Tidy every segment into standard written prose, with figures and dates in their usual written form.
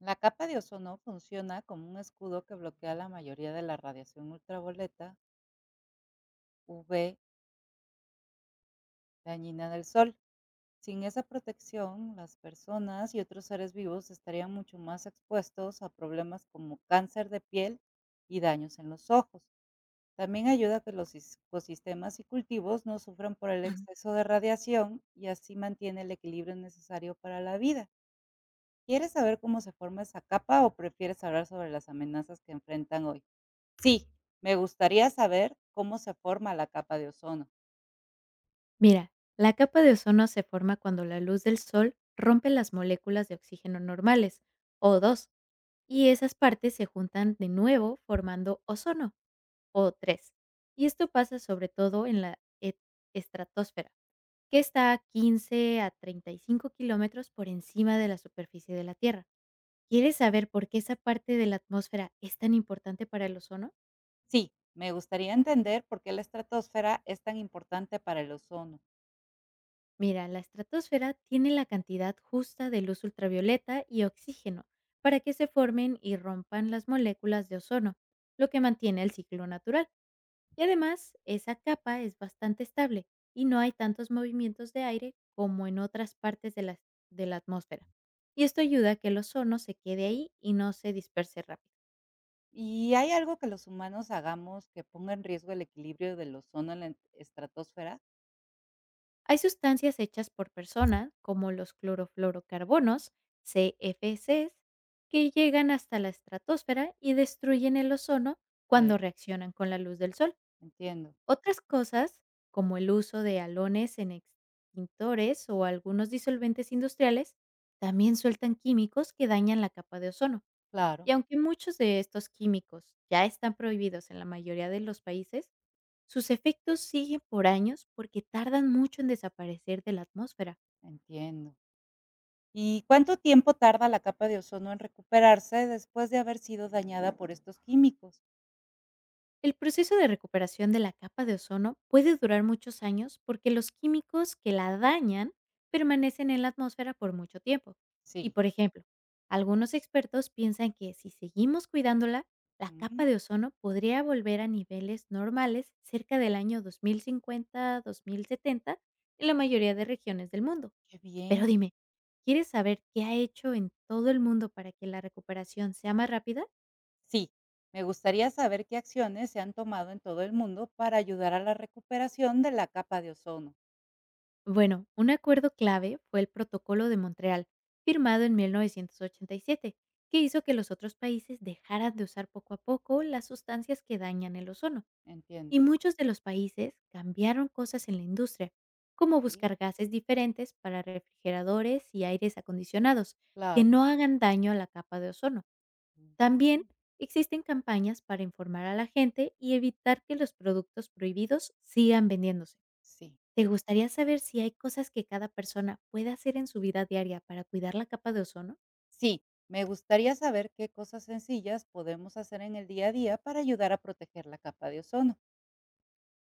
La capa de ozono funciona como un escudo que bloquea la mayoría de la radiación ultravioleta UV dañina del sol. Sin esa protección, las personas y otros seres vivos estarían mucho más expuestos a problemas como cáncer de piel y daños en los ojos. También ayuda a que los ecosistemas y cultivos no sufran por el exceso de radiación y así mantiene el equilibrio necesario para la vida. ¿Quieres saber cómo se forma esa capa o prefieres hablar sobre las amenazas que enfrentan hoy? Sí, me gustaría saber cómo se forma la capa de ozono. Mira, la capa de ozono se forma cuando la luz del sol rompe las moléculas de oxígeno normales, O2, y esas partes se juntan de nuevo formando ozono, O3. Y esto pasa sobre todo en la estratosfera, que está a 15 a 35 kilómetros por encima de la superficie de la Tierra. ¿Quieres saber por qué esa parte de la atmósfera es tan importante para el ozono? Sí, me gustaría entender por qué la estratosfera es tan importante para el ozono. Mira, la estratosfera tiene la cantidad justa de luz ultravioleta y oxígeno para que se formen y rompan las moléculas de ozono, lo que mantiene el ciclo natural. Y además, esa capa es bastante estable y no hay tantos movimientos de aire como en otras partes de la atmósfera. Y esto ayuda a que el ozono se quede ahí y no se disperse rápido. ¿Y hay algo que los humanos hagamos que ponga en riesgo el equilibrio del ozono en la estratosfera? Hay sustancias hechas por personas, como los clorofluorocarbonos, CFCs, que llegan hasta la estratosfera y destruyen el ozono Que cuando reaccionan con la luz del sol. entiendo, Otras cosas, como el uso de halones en extintores o algunos disolventes industriales, también sueltan químicos que dañan la capa de ozono. claro, Y aunque muchos de estos químicos ya están prohibidos en la mayoría de los países, sus efectos siguen por años porque tardan mucho en desaparecer de la atmósfera. entiendo. ¿Y cuánto tiempo tarda la capa de ozono en recuperarse después de haber sido dañada por estos químicos? El proceso de recuperación de la capa de ozono puede durar muchos años porque los químicos que la dañan permanecen en la atmósfera por mucho tiempo. Y Sí. por ejemplo, algunos expertos piensan que si seguimos cuidándola, la Mm, capa de ozono podría volver a niveles normales cerca del año 2050-2070 en la mayoría de regiones del mundo. qué bien. Pero dime, ¿quieres saber qué ha hecho en todo el mundo para que la recuperación sea más rápida? Sí, me gustaría saber qué acciones se han tomado en todo el mundo para ayudar a la recuperación de la capa de ozono. Bueno, un acuerdo clave fue el Protocolo de Montreal, firmado en 1987, que hizo que los otros países dejaran de usar poco a poco las sustancias que dañan el ozono. Entiendo. Y muchos de los países cambiaron cosas en la industria, como Sí. buscar gases diferentes para refrigeradores y aires acondicionados Claro. que no hagan daño a la capa de ozono. Mm. También existen campañas para informar a la gente y evitar que los productos prohibidos sigan vendiéndose. Sí. ¿Te gustaría saber si hay cosas que cada persona puede hacer en su vida diaria para cuidar la capa de ozono? Sí, me gustaría saber qué cosas sencillas podemos hacer en el día a día para ayudar a proteger la capa de ozono.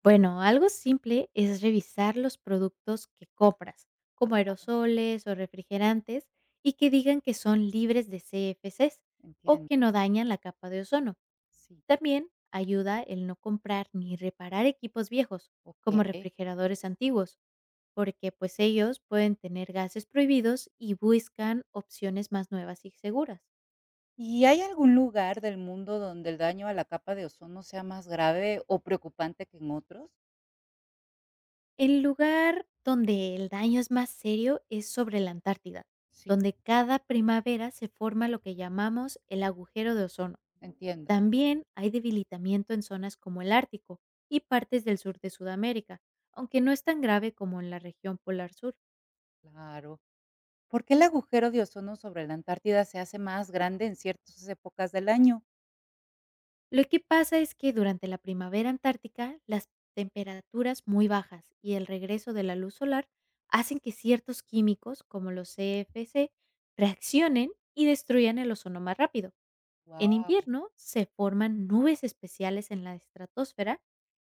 Bueno, algo simple es revisar los productos que compras, como Ajá, aerosoles o refrigerantes, y que digan que son libres de CFCs o entiendo. que no dañan la capa de ozono. Sí. También ayuda el no comprar ni reparar equipos viejos, como Ok. refrigeradores antiguos, porque pues ellos pueden tener gases prohibidos y buscan opciones más nuevas y seguras. ¿Y hay algún lugar del mundo donde el daño a la capa de ozono sea más grave o preocupante que en otros? El lugar donde el daño es más serio es sobre la Antártida, Sí, donde cada primavera se forma lo que llamamos el agujero de ozono. entiendo. También hay debilitamiento en zonas como el Ártico y partes del sur de Sudamérica, aunque no es tan grave como en la región polar sur. Claro. ¿Por qué el agujero de ozono sobre la Antártida se hace más grande en ciertas épocas del año? Lo que pasa es que durante la primavera antártica, las temperaturas muy bajas y el regreso de la luz solar hacen que ciertos químicos, como los CFC, reaccionen y destruyan el ozono más rápido. En Wow, invierno se forman nubes especiales en la estratosfera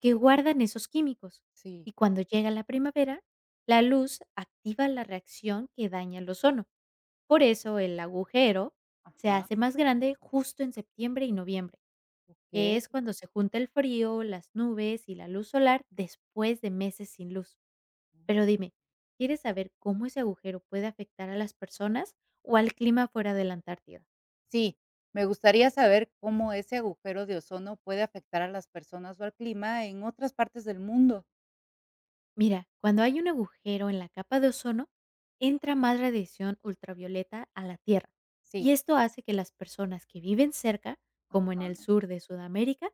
que guardan esos químicos. sí. Y cuando llega la primavera, la luz activa la reacción que daña el ozono. Por eso el agujero se Ajá, hace más grande justo en septiembre y noviembre, que ok. es cuando se junta el frío, las nubes y la luz solar después de meses sin luz. Pero dime, ¿quieres saber cómo ese agujero puede afectar a las personas o al clima fuera de la Antártida? Sí, me gustaría saber cómo ese agujero de ozono puede afectar a las personas o al clima en otras partes del mundo. Mira, cuando hay un agujero en la capa de ozono, entra más radiación ultravioleta a la Tierra. Sí, Y esto hace que las personas que viven cerca, como en ajá, el sur de Sudamérica,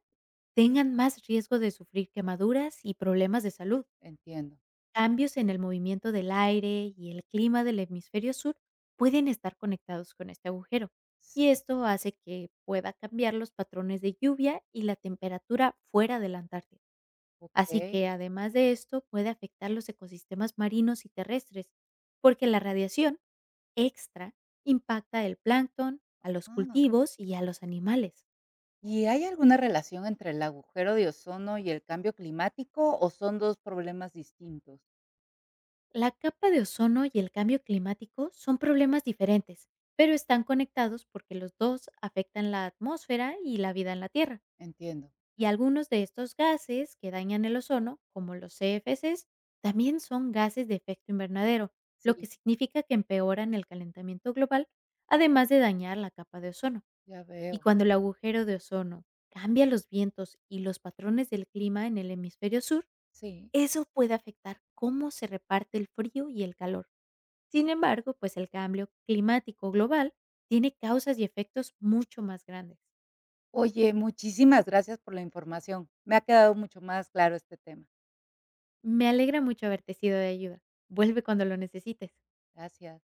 tengan más riesgo de sufrir quemaduras y problemas de salud. entiendo. Cambios en el movimiento del aire y el clima del hemisferio sur pueden estar conectados con este agujero, y Sí, esto hace que pueda cambiar los patrones de lluvia y la temperatura fuera de la Antártida. Así ok. que además de esto puede afectar los ecosistemas marinos y terrestres, porque la radiación extra impacta el plancton, a los Ah. cultivos y a los animales. ¿Y hay alguna relación entre el agujero de ozono y el cambio climático o son dos problemas distintos? La capa de ozono y el cambio climático son problemas diferentes, pero están conectados porque los dos afectan la atmósfera y la vida en la Tierra. Entiendo. Y algunos de estos gases que dañan el ozono, como los CFCs, también son gases de efecto invernadero, lo que Sí, significa que empeoran el calentamiento global, además de dañar la capa de ozono. ya Y veo. cuando el agujero de ozono cambia los vientos y los patrones del clima en el hemisferio sur, Sí. eso puede afectar cómo se reparte el frío y el calor. Sin embargo, pues el cambio climático global tiene causas y efectos mucho más grandes. Oye, muchísimas gracias por la información. Me ha quedado mucho más claro este tema. Me alegra mucho haberte sido de ayuda. Vuelve cuando lo necesites. Gracias.